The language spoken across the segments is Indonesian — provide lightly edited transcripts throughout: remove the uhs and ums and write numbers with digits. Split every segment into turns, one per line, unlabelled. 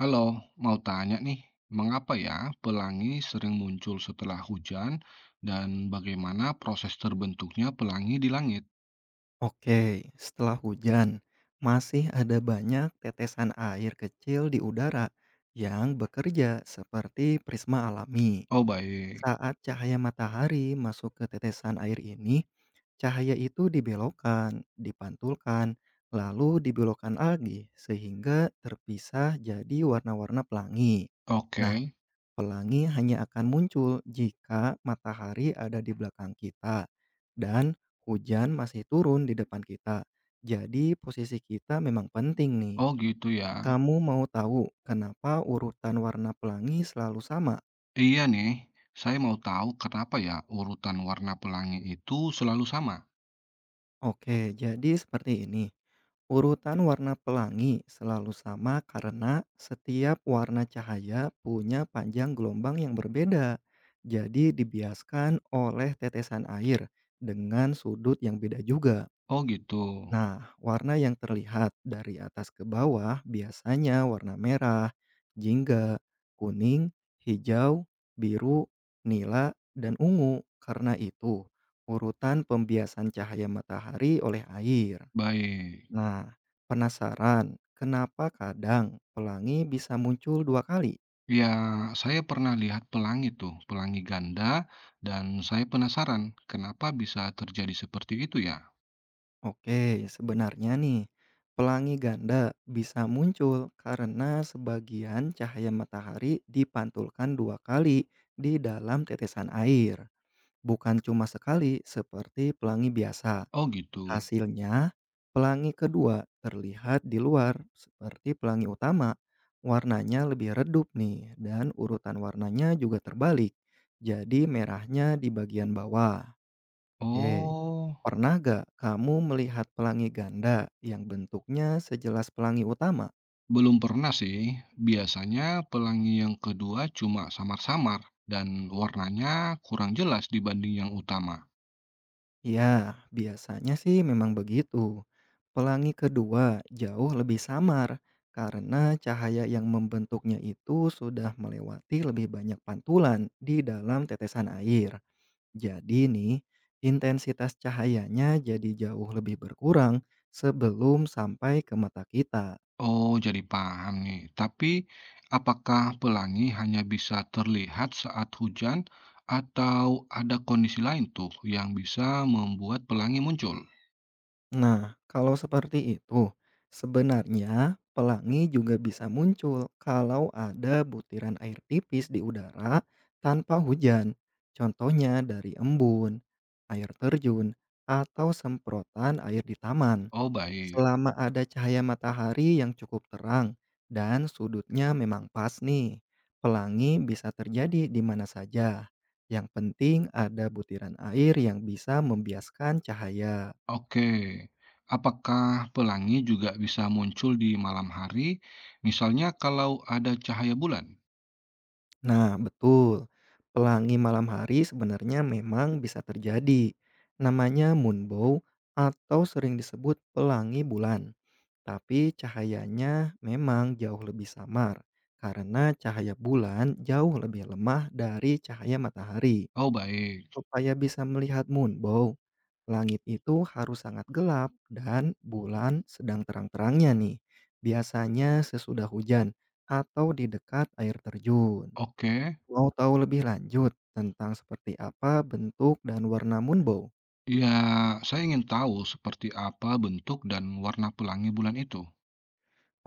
Halo, mau tanya nih, mengapa ya pelangi sering muncul setelah hujan dan bagaimana proses terbentuknya pelangi di langit?
Oke, setelah hujan, masih ada banyak tetesan air kecil di udara yang bekerja seperti prisma alami.
Oh baik,
Saat cahaya matahari masuk ke tetesan air ini, cahaya itu dibelokkan, dipantulkan, lalu dibelokkan lagi sehingga terpisah jadi warna-warna pelangi.
oke.
Nah, pelangi hanya akan muncul jika matahari ada di belakang kita dan hujan masih turun di depan kita. Jadi posisi kita memang penting nih.
Oh gitu ya.
Kamu mau tahu kenapa urutan warna pelangi selalu sama?
Iya nih, saya mau tahu kenapa ya urutan warna pelangi itu selalu sama.
Oke, jadi seperti ini. Urutan warna pelangi selalu sama karena setiap warna cahaya punya panjang gelombang yang berbeda. Jadi dibiaskan oleh tetesan air dengan sudut yang beda juga.
Oh gitu.
Nah, warna yang terlihat dari atas ke bawah biasanya warna merah, jingga, kuning, hijau, biru, nila, dan ungu. Karena itu, urutan pembiasan cahaya matahari oleh air.
Baik.
Nah, penasaran kenapa kadang pelangi bisa muncul dua kali?
Ya, saya pernah lihat pelangi tuh, pelangi ganda, dan saya penasaran kenapa bisa terjadi seperti itu ya.
Oke, sebenarnya nih, pelangi ganda bisa muncul karena sebagian cahaya matahari dipantulkan dua kali di dalam tetesan air, bukan cuma sekali seperti pelangi biasa.
Oh gitu.
Hasilnya, pelangi kedua terlihat di luar seperti pelangi utama, warnanya lebih redup nih dan urutan warnanya juga terbalik. Jadi merahnya di bagian bawah. Oke.
Oh.
Pernah gak kamu melihat pelangi ganda yang bentuknya sejelas pelangi utama?
Belum pernah sih. Biasanya pelangi yang kedua cuma samar-samar dan warnanya kurang jelas dibanding yang utama.
Ya, biasanya sih memang begitu. Pelangi kedua jauh lebih samar karena cahaya yang membentuknya itu sudah melewati lebih banyak pantulan di dalam tetesan air. Jadi nih, intensitas cahayanya jadi jauh lebih berkurang sebelum sampai ke mata kita.
Oh, jadi paham nih. Tapi apakah pelangi hanya bisa terlihat saat hujan atau ada kondisi lain tuh yang bisa membuat pelangi muncul?
Nah, kalau seperti itu, sebenarnya pelangi juga bisa muncul kalau ada butiran air tipis di udara tanpa hujan. Contohnya dari embun, air terjun, atau semprotan air di taman.
Oh, baik.
Selama ada cahaya matahari yang cukup terang dan sudutnya memang pas nih, pelangi bisa terjadi di mana saja. Yang penting ada butiran air yang bisa membiaskan cahaya.
Oke. Apakah pelangi juga bisa muncul di malam hari? Misalnya kalau ada cahaya bulan?
Nah, betul. Pelangi malam hari sebenarnya memang bisa terjadi. Namanya moonbow atau sering disebut pelangi bulan. Tapi cahayanya memang jauh lebih samar karena cahaya bulan jauh lebih lemah dari cahaya matahari.
Oh, baik.
Supaya bisa melihat moonbow, langit itu harus sangat gelap dan bulan sedang terang-terangnya nih. Biasanya sesudah hujan atau di dekat air terjun.
Oke.
Mau tahu lebih lanjut tentang seperti apa bentuk dan warna moonbow?
Ya, saya ingin tahu seperti apa bentuk dan warna pelangi bulan itu.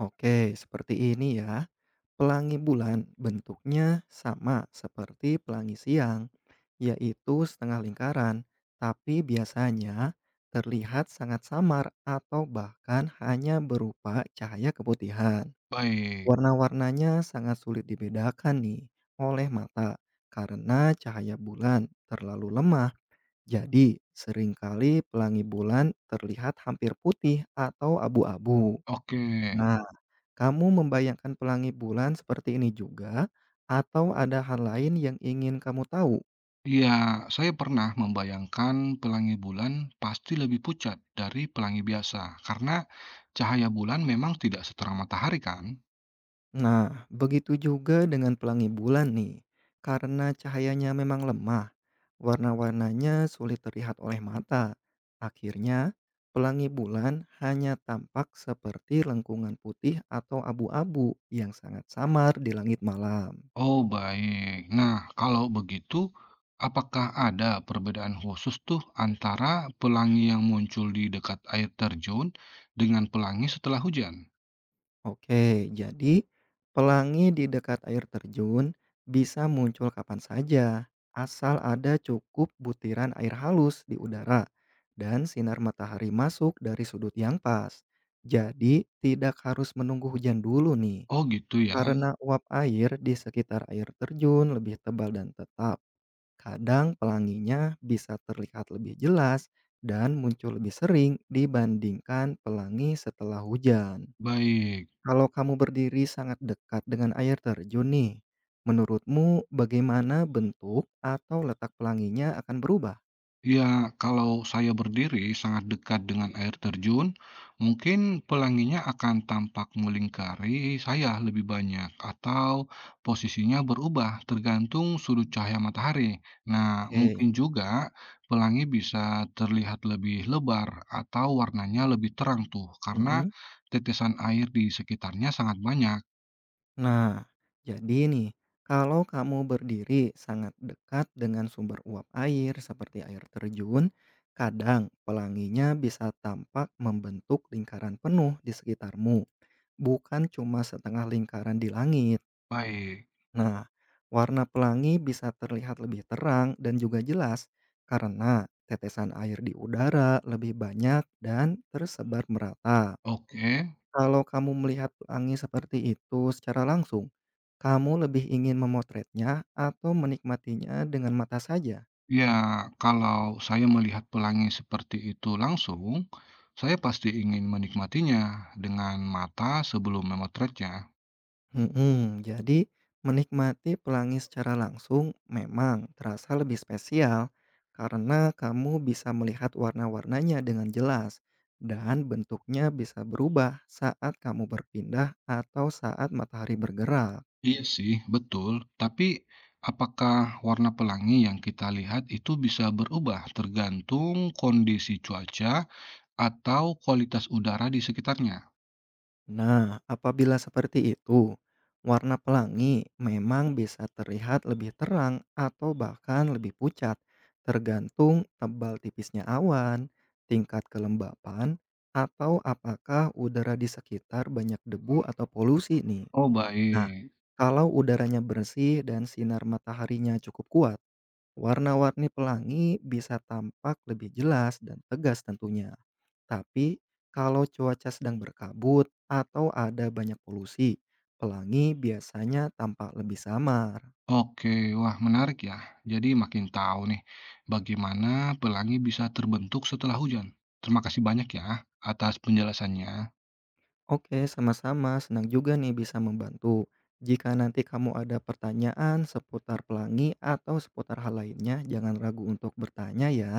Oke, seperti ini ya. Pelangi bulan bentuknya sama seperti pelangi siang, yaitu setengah lingkaran, tapi biasanya terlihat sangat samar atau bahkan hanya berupa cahaya keputihan.
Baik,
Warna-warnanya sangat sulit dibedakan nih oleh mata karena cahaya bulan terlalu lemah. Jadi, seringkali pelangi bulan terlihat hampir putih atau abu-abu.
oke.
Nah, kamu membayangkan pelangi bulan seperti ini juga, atau ada hal lain yang ingin kamu tahu?
Ya, saya pernah membayangkan pelangi bulan pasti lebih pucat dari pelangi biasa, karena cahaya bulan memang tidak seterang matahari kan?
Nah, begitu juga dengan pelangi bulan nih. Karena cahayanya memang lemah, warna-warnanya sulit terlihat oleh mata. Akhirnya, pelangi bulan hanya tampak seperti lengkungan putih atau abu-abu yang sangat samar di langit malam.
Oh, baik. Nah, kalau begitu, apakah ada perbedaan khusus tuh antara pelangi yang muncul di dekat air terjun dengan pelangi setelah hujan?
Oke, jadi pelangi di dekat air terjun bisa muncul kapan saja, asal ada cukup butiran air halus di udara dan sinar matahari masuk dari sudut yang pas. Jadi, tidak harus menunggu hujan dulu nih,
Oh, gitu ya.
karena uap air di sekitar air terjun lebih tebal dan tetap. Kadang pelanginya bisa terlihat lebih jelas dan muncul lebih sering dibandingkan pelangi setelah hujan.
Baik.
Kalau kamu berdiri sangat dekat dengan air terjun nih, menurutmu bagaimana bentuk atau letak pelanginya akan berubah?
Ya, kalau saya berdiri sangat dekat dengan air terjun, mungkin pelanginya akan tampak melingkari saya lebih banyak atau posisinya berubah tergantung sudut cahaya matahari. Nah, mungkin
Oke,
juga pelangi bisa terlihat lebih lebar atau warnanya lebih terang tuh karena
mhm.
tetesan air di sekitarnya sangat banyak.
Nah, jadi nih, kalau kamu berdiri sangat dekat dengan sumber uap air seperti air terjun, kadang pelanginya bisa tampak membentuk lingkaran penuh di sekitarmu, bukan cuma setengah lingkaran di langit.
Baik,
Nah, warna pelangi bisa terlihat lebih terang dan juga jelas karena tetesan air di udara lebih banyak dan tersebar merata.
oke.
Kalau kamu melihat pelangi seperti itu secara langsung, kamu lebih ingin memotretnya atau menikmatinya dengan mata saja?
Ya, kalau saya melihat pelangi seperti itu langsung, saya pasti ingin menikmatinya dengan mata sebelum memotretnya.
Mhm, jadi menikmati pelangi secara langsung memang terasa lebih spesial karena kamu bisa melihat warna-warnanya dengan jelas dan bentuknya bisa berubah saat kamu berpindah atau saat matahari bergerak.
Iya sih, betul. Tapi apakah warna pelangi yang kita lihat itu bisa berubah tergantung kondisi cuaca atau kualitas udara di sekitarnya?
Nah, apabila seperti itu, warna pelangi memang bisa terlihat lebih terang atau bahkan lebih pucat, tergantung tebal tipisnya awan, tingkat kelembapan, atau apakah udara di sekitar banyak debu atau polusi nih.
Oh,
Nah,
baik.
kalau udaranya bersih dan sinar mataharinya cukup kuat, warna-warni pelangi bisa tampak lebih jelas dan tegas tentunya. Tapi kalau cuaca sedang berkabut atau ada banyak polusi, pelangi biasanya tampak lebih samar.
Oke, wah menarik ya. Jadi makin tahu nih bagaimana pelangi bisa terbentuk setelah hujan. Terima kasih banyak ya atas penjelasannya.
Oke, sama-sama. Senang juga nih bisa membantu. Jika nanti kamu ada pertanyaan seputar pelangi atau seputar hal lainnya, jangan ragu untuk bertanya ya.